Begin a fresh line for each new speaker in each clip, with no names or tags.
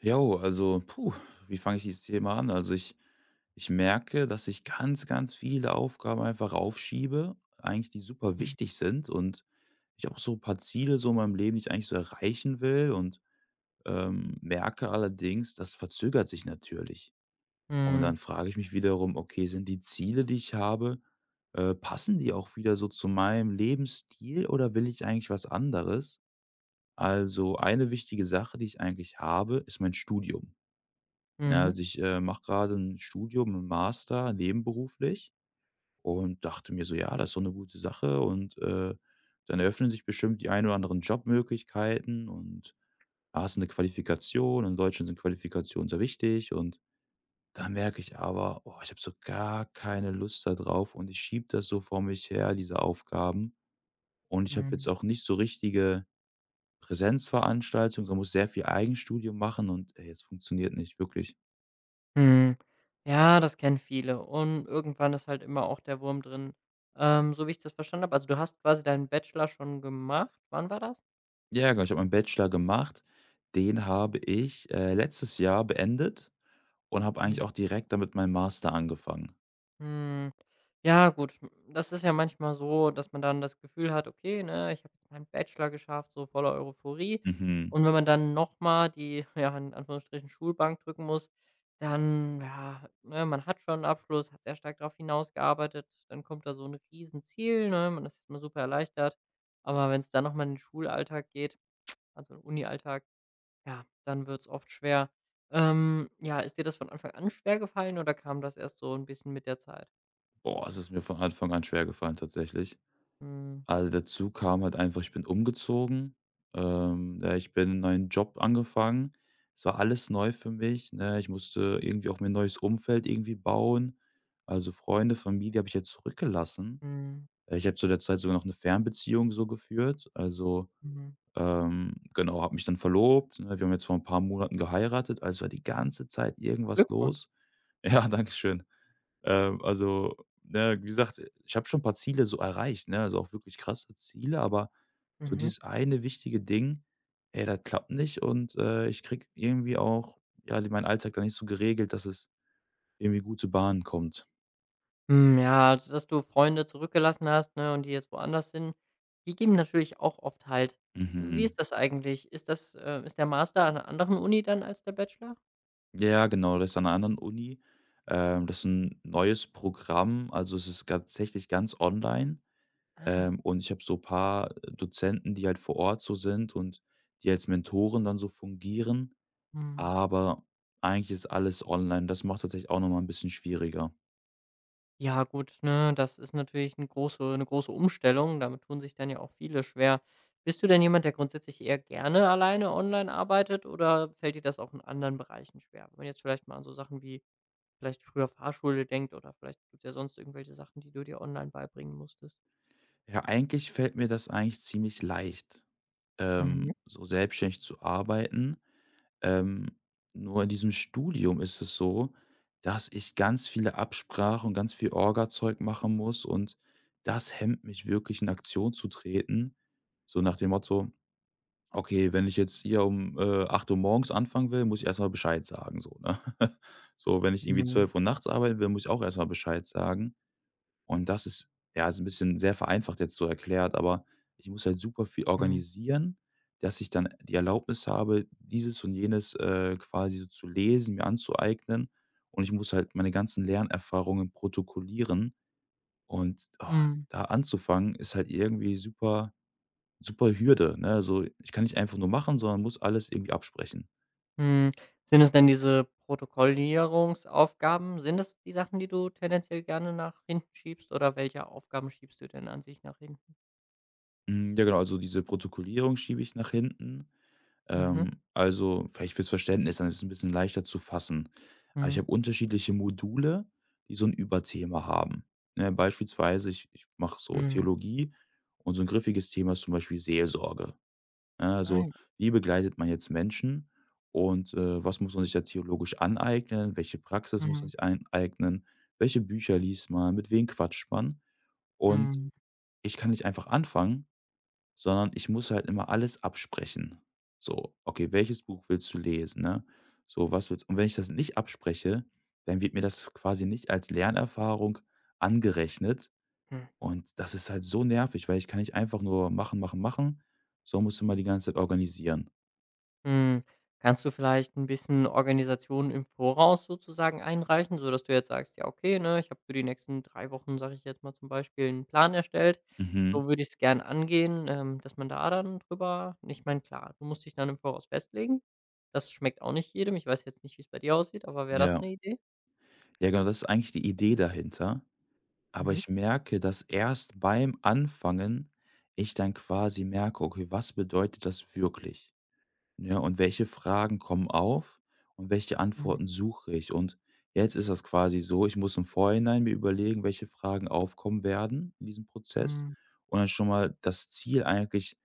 Jo, also, puh, wie fange ich dieses Thema an? Also, ich merke, dass ich ganz, ganz viele Aufgaben einfach aufschiebe, eigentlich die super
Mhm.
wichtig sind, und ich auch so ein paar Ziele so in meinem Leben, die ich eigentlich so erreichen will, und merke allerdings, das verzögert sich natürlich. Und
Mhm.
dann frage ich mich wiederum: „Okay, sind die Ziele, die ich habe, passen die auch wieder so zu meinem Lebensstil oder will ich eigentlich was anderes?" Also, eine wichtige Sache, die ich eigentlich habe, ist mein Studium. Ja,
Mhm.
also ich mache gerade ein Studium, 'n Master nebenberuflich, und dachte mir so: „Ja, das ist so eine gute Sache und dann eröffnen sich bestimmt die ein oder anderen Jobmöglichkeiten, und hast eine Qualifikation. In Deutschland sind Qualifikationen sehr wichtig." Und dann merke ich aber: „Oh, ich habe so gar keine Lust da drauf", und ich schiebe das so vor mich her, diese Aufgaben. Und ich habe jetzt
Mhm.
auch nicht so richtige Präsenzveranstaltungen, sondern muss sehr viel Eigenstudium machen, und ey, es funktioniert nicht wirklich.
Mhm. Ja, das kennen viele und irgendwann ist halt immer auch der Wurm drin. So wie ich das verstanden habe, also, du hast quasi deinen Bachelor schon gemacht. Wann war das?
Ja, genau. Ich habe meinen Bachelor gemacht. Den habe ich letztes Jahr beendet und habe eigentlich auch direkt damit meinen Master angefangen.
Hm, ja gut, das ist ja manchmal so, dass man dann das Gefühl hat: „Okay, ne, ich habe jetzt meinen Bachelor geschafft“, so voller Euphorie.
Mhm.
Und wenn man dann noch mal die, ja, in Anführungsstrichen Schulbank drücken muss, dann ja, ne, man hat schon einen Abschluss, hat sehr stark darauf hinausgearbeitet, dann kommt da so 'n Riesenziel, ne? Man ist erstmal super erleichtert. Aber wenn es dann noch mal in den Schulalltag geht, also in den Unialltag, ja, dann wird es oft schwer. Ja, ist dir das von Anfang an schwer gefallen oder kam das erst so ein bisschen mit der Zeit?
Boah, es ist mir von Anfang an schwergefallen tatsächlich.
Mhm,
Also, dazu kam halt einfach: ich bin umgezogen, ja, ich bin einen neuen Job angefangen. Es war alles neu für mich, ne? Ich musste irgendwie auch mir ein neues Umfeld irgendwie bauen. Also, Freunde, Familie habe ich jetzt zurückgelassen.
mhm,
Ich habe zu der Zeit sogar noch eine Fernbeziehung so geführt. Also,
mhm.
Genau, habe mich dann verlobt, ne? Wir haben jetzt vor ein paar Monaten geheiratet, also war die ganze Zeit irgendwas
Glückwunsch.
los. Ja, danke schön. Also, ne, wie gesagt, ich habe schon 'n paar Ziele so erreicht, ne, also auch wirklich krasse Ziele, aber so
Mhm.
dieses eine wichtige Ding, ey, das klappt nicht, und ich krieg irgendwie auch, ja, meinen Alltag da nicht so geregelt, dass es irgendwie gute zu Bahnen kommt.
Hm, ja, also, dass du Freunde zurückgelassen hast, ne, und die jetzt woanders sind, die geben natürlich auch oft Halt. Wie
Mhm.
ist das eigentlich? Ist der Master an einer anderen Uni dann als der Bachelor?
Ja, genau, das ist an 'ner anderen Uni. Das ist ein neues Programm, also es ist tatsächlich ganz online.
Ah,
Und ich habe so ein paar Dozenten, die halt vor Ort so sind und die als Mentoren dann so fungieren,
mhm.
aber eigentlich ist alles online. Das macht es tatsächlich auch noch mal 'n bisschen schwieriger.
Ja gut, ne, das ist natürlich eine große Umstellung. Damit tun sich dann ja auch viele schwer. Bist du denn jemand, der grundsätzlich eher gerne alleine online arbeitet oder fällt dir das auch in anderen Bereichen schwer? Wenn man jetzt vielleicht mal an so Sachen wie vielleicht früher Fahrschule denkt oder vielleicht gibt's ja sonst irgendwelche Sachen, die du dir online beibringen musstest.
Ja, eigentlich fällt mir das eigentlich ziemlich leicht,
Mhm.
so selbstständig zu arbeiten. Ähm, nur in diesem Studium ist es so, dass ich ganz viele Absprachen und ganz viel Orgazeug machen muss, und das hemmt mich wirklich, in Aktion zu treten. So nach dem Motto: Okay, wenn ich jetzt hier um 8 Uhr morgens anfangen will, muss ich erstmal Bescheid sagen so, ne? So, wenn ich irgendwie
Mhm.
12 Uhr nachts arbeiten will, muss ich auch erstmal Bescheid sagen. Und das ist, ja, ist ein bisschen sehr vereinfacht jetzt so erklärt, aber ich muss halt super viel
Mhm.
organisieren, dass ich dann die Erlaubnis habe, dieses und jenes quasi so zu lesen, mir anzueignen. Und ich muss halt meine ganzen Lernerfahrungen protokollieren, und
Mhm.
da anzufangen, ist halt irgendwie super super Hürde, ne? Also, ich kann nicht einfach nur machen, sondern muss alles irgendwie absprechen.
Mhm. Sind es denn diese Protokollierungsaufgaben? Sind das die Sachen, die du tendenziell gerne nach hinten schiebst oder welche Aufgaben schiebst du denn an sich nach hinten?
Hm, ja, genau, also diese Protokollierung schiebe ich nach hinten.
Mhm.
Also, vielleicht fürs Verständnis, dann ist es ein bisschen leichter zu fassen. Aber ich
Mhm.
habe unterschiedliche Module, die so ein Überthema haben, ne? Beispielsweise, ich mache so
Mhm.
Theologie, und so ein griffiges Thema ist zum Beispiel Seelsorge. Ne,
Ah
also,
ja.
wie begleitet man jetzt Menschen, und was muss man sich da theologisch aneignen? Welche Praxis muss man
Mhm.
sich aneignen? Welche Bücher liest man? Mit wem quatscht man? Und
Mhm.
ich kann nicht einfach anfangen, sondern ich muss halt immer alles absprechen. So: „Okay, welches Buch willst du lesen", ne? So, was willst, und wenn ich das nicht abspreche, dann wird mir das quasi nicht als Lernerfahrung angerechnet,
Mhm.
und das ist halt so nervig, weil ich kann nicht einfach nur machen, machen, machen, sondern muss immer die ganze Zeit organisieren.
Hm, kannst du vielleicht ein bisschen Organisation im Voraus sozusagen einreichen, sodass du jetzt sagst: „Ja, okay, ne, ich habe für die nächsten 3 Wochen“, sage ich jetzt mal zum Beispiel, einen Plan erstellt.
Mhm.
So würde ich es gern angehen“, dass man da dann drüber und ich meine, klar, du musst dich dann im Voraus festlegen. Das schmeckt auch nicht jedem. Ich weiß jetzt nicht, wie es bei dir aussieht, aber wäre das
Ja.
eine Idee?
Ja, genau, das ist eigentlich die Idee dahinter. Aber
Mhm.
ich merke, dass erst beim Anfangen ich dann quasi merke: „Okay, was bedeutet das wirklich?" Ja. Und welche Fragen kommen auf, und welche
Mhm.
Antworten suche ich? Und jetzt ist das quasi so, ich muss im Vorhinein mir überlegen, welche Fragen aufkommen werden in diesem Prozess
Mhm.
und dann schon mal das Ziel eigentlich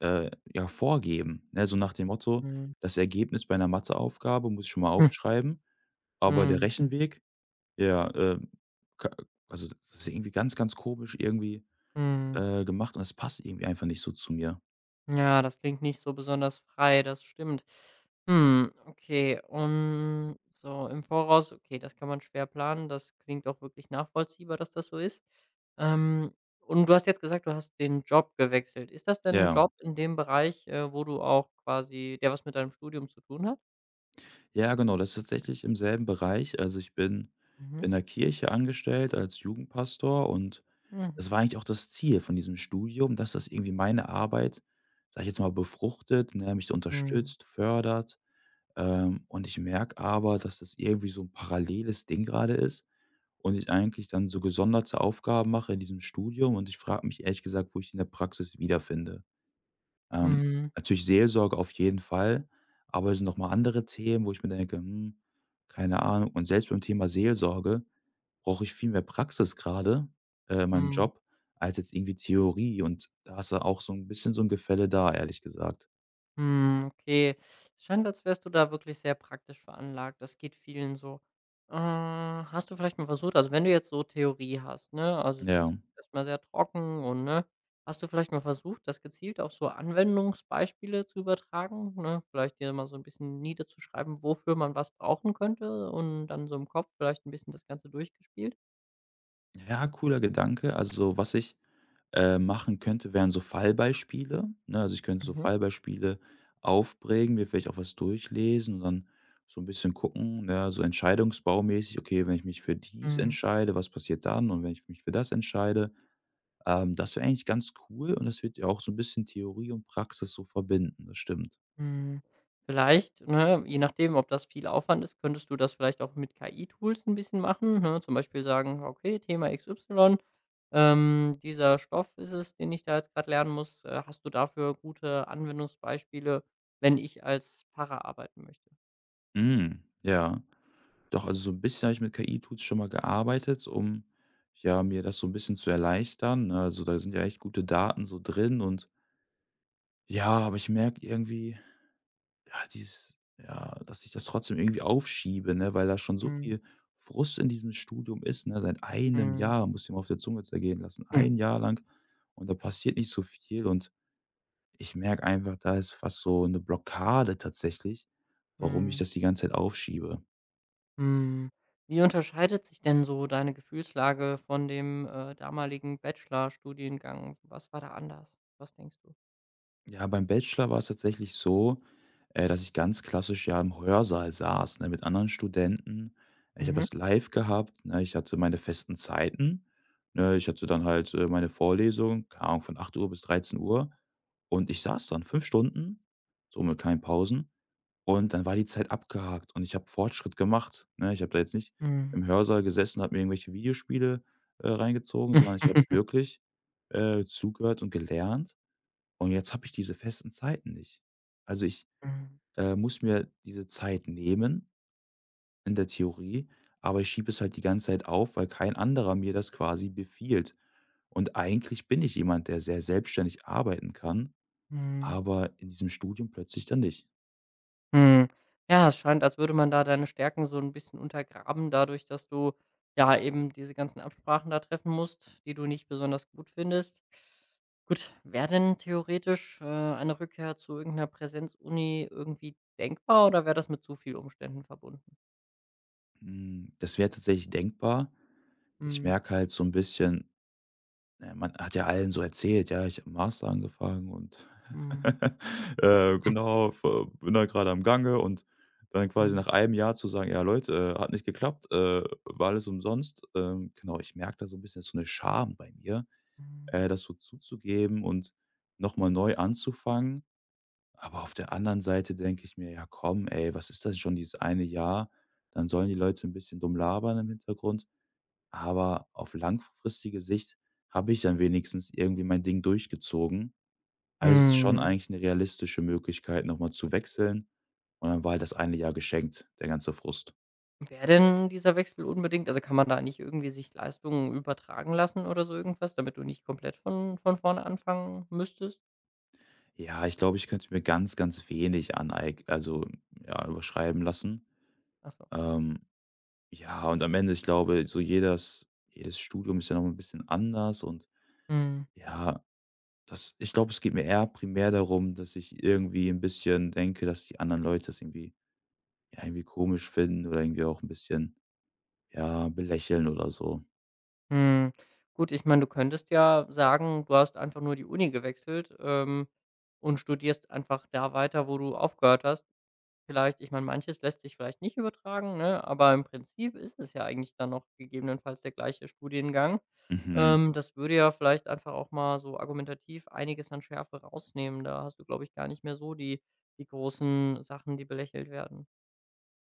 Ja, vorgeben, ne? So nach dem Motto:
Mhm.
„Das Ergebnis bei einer Matheaufgabe muss ich schon mal aufschreiben, aber der
Mhm.
Rechenweg, ja, ka also, das ist irgendwie ganz, ganz komisch irgendwie
Mhm.
gemacht, und es passt irgendwie einfach nicht so zu mir."
Ja, das klingt nicht so besonders frei, das stimmt. Hm, okay. Und so im Voraus, okay, das kann man schwer planen. Das klingt auch wirklich nachvollziehbar, dass das so ist. Ähm, und du hast jetzt gesagt, du hast den Job gewechselt. Ist das denn ein
Ja.
Job in dem Bereich, wo du auch quasi der was mit deinem Studium zu tun hat?
Ja, genau, das ist tatsächlich im selben Bereich. Also, ich bin
Mhm.
in der Kirche angestellt als Jugendpastor, und
Mhm.
das war eigentlich auch das Ziel von diesem Studium, dass das irgendwie meine Arbeit, sage ich jetzt mal, befruchtet, ne, mich
Mhm.
unterstützt, fördert. Und ich merke aber, dass das irgendwie so ein paralleles Ding gerade ist und ich eigentlich dann so gesonderte Aufgaben mache in diesem Studium, und ich frage mich ehrlich gesagt, wo ich die in der Praxis wiederfinde. Ähm,
Mhm.
natürlich Seelsorge auf jeden Fall, aber es sind noch mal andere Themen, wo ich mir denke: „Hm, keine Ahnung." Und selbst beim Thema Seelsorge brauche ich viel mehr Praxis gerade in meinem
Mhm.
Job als jetzt irgendwie Theorie, und da ist ja auch so ein bisschen so ein Gefälle da, ehrlich gesagt.
Hm, okay. Es scheint, als wärst du da wirklich sehr praktisch veranlagt. Das geht vielen so. Hast du vielleicht mal versucht, also wenn du jetzt so Theorie hast, ne, also
Ja.
das ist erstmal sehr trocken und ne, hast du vielleicht mal versucht, das gezielt auf so Anwendungsbeispiele zu übertragen, ne? Vielleicht dir mal so ein bisschen niederzuschreiben, wofür man was brauchen könnte und dann so im Kopf vielleicht ein bisschen das Ganze durchgespielt?
Ja, cooler Gedanke. Also, was ich machen könnte, wären so Fallbeispiele, ne? Also, ich könnte so Fallbeispiele aufprägen, mir vielleicht auch was durchlesen und dann so ein bisschen gucken, ne, so entscheidungsbaumäßig: „Okay, wenn ich mich für dies
Mhm.
entscheide, was passiert dann? Und wenn ich mich für das entscheide?" Das wäre eigentlich ganz cool, und das wird ja auch so ein bisschen Theorie und Praxis so verbinden, das stimmt.
Hm, vielleicht, ne, je nachdem, ob das viel Aufwand ist, könntest du das vielleicht auch mit KI-Tools ein bisschen machen, ne? Zum Beispiel sagen: „Okay, Thema XY, dieser Stoff ist es, den ich da jetzt gerade lernen muss. Hast du dafür gute Anwendungsbeispiele, wenn ich als Pfarrer arbeiten möchte?“
Mhm, ja. Doch, also, so ein bisschen habe ich mit KI-Tools schon mal gearbeitet, um, ja, mir das so ein bisschen zu erleichtern, ne? Also, da sind ja echt gute Daten so drin. Und ja, aber ich merke irgendwie, ja, dieses, ja, dass ich das trotzdem irgendwie aufschiebe, ne, weil da schon so
Mhm.
viel Frust in diesem Studium ist, ne? Seit einem
Mhm.
Jahr, muss ich mir auf der Zunge zergehen lassen,
Hm.
ein Jahr lang, und da passiert nicht so viel, und ich merke einfach, da ist fast so eine Blockade tatsächlich, warum ich
Mhm.
das die ganze Zeit aufschiebe.
Mhm. Wie unterscheidet sich denn so deine Gefühlslage von dem, damaligen Studiengang? Was war da anders? Was denkst du?
Ja, beim Bachelor war es tatsächlich so, dass ich ganz klassisch ja im Hörsaal saß, ne, mit anderen Studenten. Ich habe
Mhm.
das live gehabt, ne? Ich hatte meine festen Zeiten, ne? Ich hatte dann halt meine Vorlesung, keine Ahnung, von 8 Uhr bis 13 Uhr, und ich saß dann 5 Stunden, so mit kleinen Pausen, und dann war die Zeit abgehakt, und ich habe Fortschritt gemacht, ne? Ich habe da jetzt nicht
Mhm.
im Hörsaal gesessen und habe mir irgendwelche Videospiele reingezogen, sondern ich habe wirklich zugehört und gelernt, und jetzt habe ich diese festen Zeiten nicht. Also, ich
Mhm.
muss mir diese Zeit nehmen in der Theorie, aber ich schiebe es halt die ganze Zeit auf, weil kein anderer mir das quasi befiehlt. Und eigentlich bin ich jemand, der sehr selbstständig arbeiten kann,
Mhm.
aber in diesem Studium plötzlich dann nicht.
Mhm. Ja, es scheint, als würde man da deine Stärken so ein bisschen untergraben dadurch, dass du, ja, eben diese ganzen Absprachen da treffen musst, die du nicht besonders gut findest. Gut, wäre denn theoretisch, eine Rückkehr zu irgendeiner Präsenzuni irgendwie denkbar oder wäre das mit zu viel Umständen verbunden?
Hm, das wäre tatsächlich denkbar. Ich
Mhm.
merke halt so ein bisschen: ne, man hat ja allen so erzählt: „Ja, ich habe Master angefangen und,
Mhm.
genau, v bin da gerade am Gange", und dann quasi nach
Mhm.
einem Jahr zu sagen: „Ja, Leute, hat nicht geklappt, war alles umsonst." Genau, ich merke da so ein bisschen so eine Scham bei mir,
Mhm.
das so zuzugeben und nochmal neu anzufangen. Aber auf der anderen Seite denke ich mir: „Ja, komm, ey, was ist das schon dieses eine Jahr? Dann sollen die Leute ein bisschen dumm labern im Hintergrund." Aber auf langfristige Sicht habe ich dann wenigstens irgendwie mein Ding durchgezogen. Also, es ist schon
Mhm.
eigentlich 'ne realistische Möglichkeit, noch mal zu wechseln. Und dann war halt das eine Jahr geschenkt, der ganze Frust.
Wäre denn dieser Wechsel unbedingt also, kann man da nicht irgendwie sich Leistungen übertragen lassen oder so irgendwas, damit du nicht komplett von vorne anfangen müsstest?
Ja, ich glaube, ich könnte mir ganz, ganz wenig aneig, also, ja, überschreiben lassen.
Achso. So.
Ähm, ja, und am Ende, ich glaube, so jedes Studium ist ja noch mal 'n bisschen anders, und
Mhm,
ja, das, ich glaube, es geht mir eher primär darum, dass ich irgendwie 'n bisschen denke, dass die anderen Leute das irgendwie, ja, irgendwie komisch finden oder irgendwie auch ein bisschen, ja, belächeln oder so.
mhm. Gut, ich meine, du könntest ja sagen, du hast einfach nur die Uni gewechselt, und studierst einfach da weiter, wo du aufgehört hast. Vielleicht ich meine, manches lässt sich vielleicht nicht übertragen, ne, aber im Prinzip ist es ja eigentlich dann noch gegebenenfalls der gleiche Studiengang.
Mhm.
Das würde ja vielleicht einfach auch mal so argumentativ einiges an Schärfe rausnehmen. Da hast du, glaube ich, gar nicht mehr so die großen Sachen, die belächelt werden.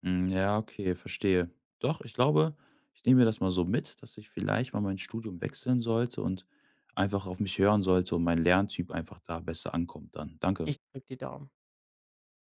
Hm, ja, okay, verstehe. Doch, ich glaube, ich nehme mir das mal so mit, dass ich vielleicht mal mein Studium wechseln sollte und einfach auf mich hören sollte und mein Lerntyp einfach da besser ankommt dann. Danke.
Ich drücke die Daumen.